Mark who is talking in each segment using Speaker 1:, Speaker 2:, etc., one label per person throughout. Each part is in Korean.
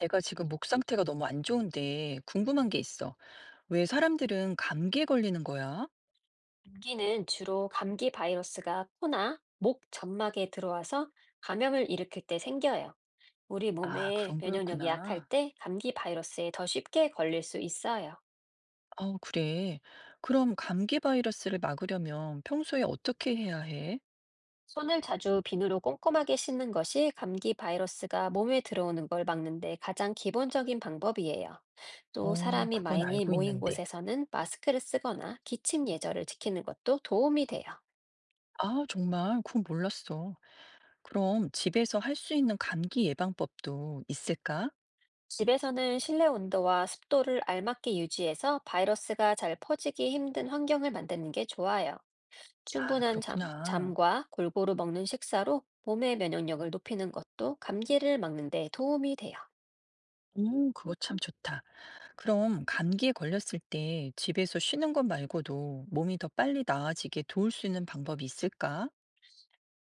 Speaker 1: 내가 지금 목 상태가 너무 안 좋은데 궁금한 게 있어. 왜 사람들은 감기에 걸리는 거야?
Speaker 2: 감기는 주로 감기 바이러스가 코나 목 점막에 들어와서 감염을 일으킬 때 생겨요. 우리
Speaker 1: 아,
Speaker 2: 몸에
Speaker 1: 그런
Speaker 2: 면역력이 약할
Speaker 1: 거였구나.
Speaker 2: 때 감기 바이러스에 더 쉽게 걸릴 수 있어요.
Speaker 1: 아, 그래. 그럼 감기 바이러스를 막으려면 평소에 어떻게 해야 해?
Speaker 2: 손을 자주 비누로 꼼꼼하게 씻는 것이 감기 바이러스가 몸에 들어오는 걸 막는 데 가장 기본적인 방법이에요. 또
Speaker 1: 어,
Speaker 2: 사람이
Speaker 1: 그건
Speaker 2: 많이
Speaker 1: 알고
Speaker 2: 모인
Speaker 1: 있는데.
Speaker 2: 곳에서는 마스크를 쓰거나 기침 예절을 지키는 것도 도움이 돼요.
Speaker 1: 아, 정말 그건 몰랐어. 그럼 집에서 할 수 있는 감기 예방법도 있을까?
Speaker 2: 집에서는 실내 온도와 습도를 알맞게 유지해서 바이러스가 잘 퍼지기 힘든 환경을 만드는 게 좋아요.
Speaker 1: 아,
Speaker 2: 충분한 잠,
Speaker 1: 그렇구나.
Speaker 2: 잠과 골고루 먹는 식사로 몸의 면역력을 높이는 것도 감기를 막는 데 도움이 돼요.
Speaker 1: 오, 그거 참 좋다. 그럼 감기에 걸렸을 때 집에서 쉬는 것 말고도 몸이 더 빨리 나아지게 도울 수 있는 방법이 있을까?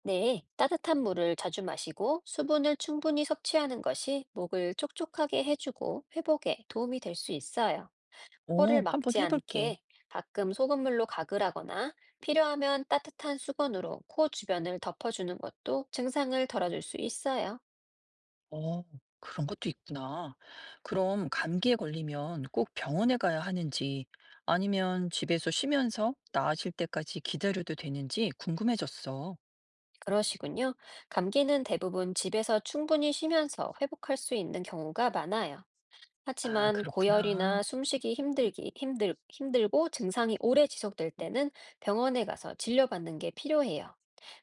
Speaker 2: 네, 따뜻한 물을 자주 마시고 수분을 충분히 섭취하는 것이 목을 촉촉하게 해주고 회복에 도움이 될 수 있어요. 코를
Speaker 1: 어, 한번
Speaker 2: 막지
Speaker 1: 해볼게.
Speaker 2: 않게 가끔 소금물로 가글 하거나 필요하면 따뜻한 수건으로 코 주변을 덮어주는 것도 증상을 덜어줄 수 있어요.
Speaker 1: 어, 그런 것도 있구나. 그럼 감기에 걸리면 꼭 병원에 가야 하는지 아니면 집에서 쉬면서 나아질 때까지 기다려도 되는지 궁금해졌어.
Speaker 2: 그러시군요. 감기는 대부분 집에서 충분히 쉬면서 회복할 수 있는 경우가 많아요.
Speaker 1: 아,
Speaker 2: 하지만
Speaker 1: 그렇구나.
Speaker 2: 고열이나 힘들고 증상이 오래 지속될 때는 병원에 가서 진료받는 게 필요해요.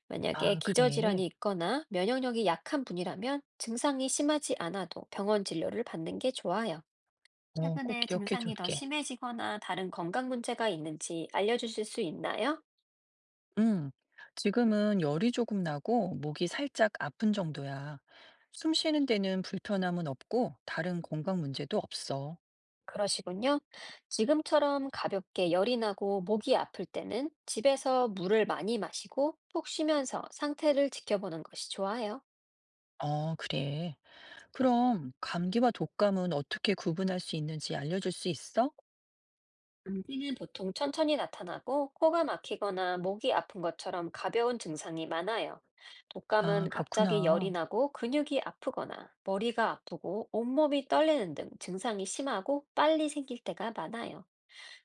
Speaker 2: 만약에
Speaker 1: 아,
Speaker 2: 기저질환이
Speaker 1: 그래.
Speaker 2: 있거나 면역력이 약한 분이라면 증상이 심하지 않아도 병원 진료를 받는 게 좋아요.
Speaker 1: 어, 꼭
Speaker 2: 최근에
Speaker 1: 기억해
Speaker 2: 증상이 더
Speaker 1: 줄게.
Speaker 2: 심해지거나 다른 건강 문제가 있는지 알려주실 수 있나요?
Speaker 1: 응, 지금은 열이 조금 나고 목이 살짝 아픈 정도야. 숨 쉬는 데는 불편함은 없고 다른 건강 문제도 없어.
Speaker 2: 그러시군요. 지금처럼 가볍게 열이 나고 목이 아플 때는 집에서 물을 많이 마시고 푹 쉬면서 상태를 지켜보는 것이 좋아요.
Speaker 1: 어, 그래. 그럼 감기와 독감은 어떻게 구분할 수 있는지 알려줄 수 있어?
Speaker 2: 감기는 보통 천천히 나타나고 코가 막히거나 목이 아픈 것처럼 가벼운 증상이 많아요.
Speaker 1: 아,
Speaker 2: 독감은 갑자기 열이
Speaker 1: 그렇구나.
Speaker 2: 나고 근육이 아프거나 머리가 아프고 온몸이 떨리는 등 증상이 심하고 빨리 생길 때가 많아요.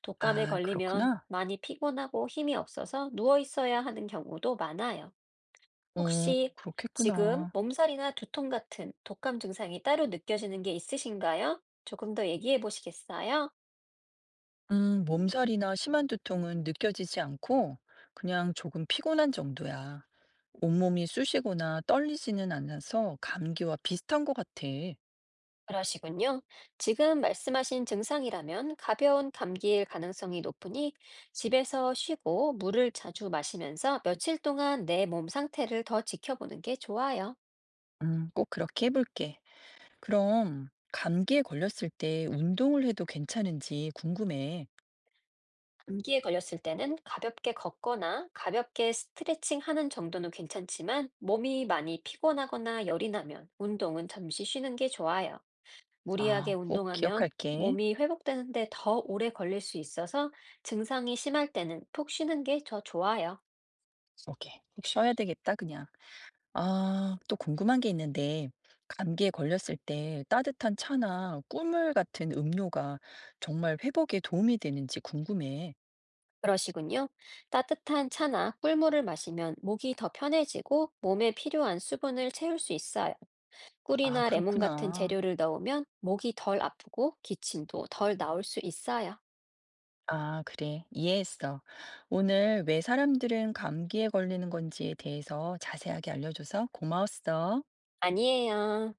Speaker 2: 독감에
Speaker 1: 아,
Speaker 2: 걸리면
Speaker 1: 그렇구나.
Speaker 2: 많이 피곤하고 힘이 없어서 누워 있어야 하는 경우도 많아요.
Speaker 1: 어,
Speaker 2: 혹시 지금
Speaker 1: 그렇겠구나.
Speaker 2: 몸살이나 두통 같은 독감 증상이 따로 느껴지는 게 있으신가요? 조금 더 얘기해 보시겠어요?
Speaker 1: 몸살이나 심한 두통은 느껴지지 않고 그냥 조금 피곤한 정도야. 온몸이 쑤시거나 떨리지는 않아서 감기와 비슷한 것 같아.
Speaker 2: 그러시군요. 지금 말씀하신 증상이라면 가벼운 감기일 가능성이 높으니 집에서 쉬고 물을 자주 마시면서 며칠 동안 내 몸 상태를 더 지켜보는 게 좋아요.
Speaker 1: 꼭 그렇게 해볼게. 그럼 감기에 걸렸을 때 운동을 해도 괜찮은지 궁금해.
Speaker 2: 감기에 걸렸을 때는 가볍게 걷거나 가볍게 스트레칭 하는 정도는 괜찮지만 몸이 많이 피곤하거나 열이 나면 운동은 잠시 쉬는 게 좋아요. 무리하게
Speaker 1: 아, 꼭
Speaker 2: 운동하면
Speaker 1: 기억할게.
Speaker 2: 몸이 회복되는데 더 오래 걸릴 수 있어서 증상이 심할 때는 푹 쉬는 게 더 좋아요.
Speaker 1: 오케이. 꼭 쉬어야 되겠다, 그냥. 아, 또 궁금한 게 있는데, 감기에 걸렸을 때 따뜻한 차나 꿀물 같은 음료가 정말 회복에 도움이 되는지 궁금해.
Speaker 2: 그러시군요. 따뜻한 차나 꿀물을 마시면 목이 더 편해지고 몸에 필요한 수분을 채울 수 있어요.
Speaker 1: 아,
Speaker 2: 꿀이나 레몬 같은
Speaker 1: 그렇구나.
Speaker 2: 재료를 넣으면 목이 덜 아프고 기침도 덜 나올 수 있어요.
Speaker 1: 아, 그래. 이해했어. 오늘 왜 사람들은 감기에 걸리는 건지에 대해서 자세하게 알려줘서 고마웠어.
Speaker 2: 아니에요.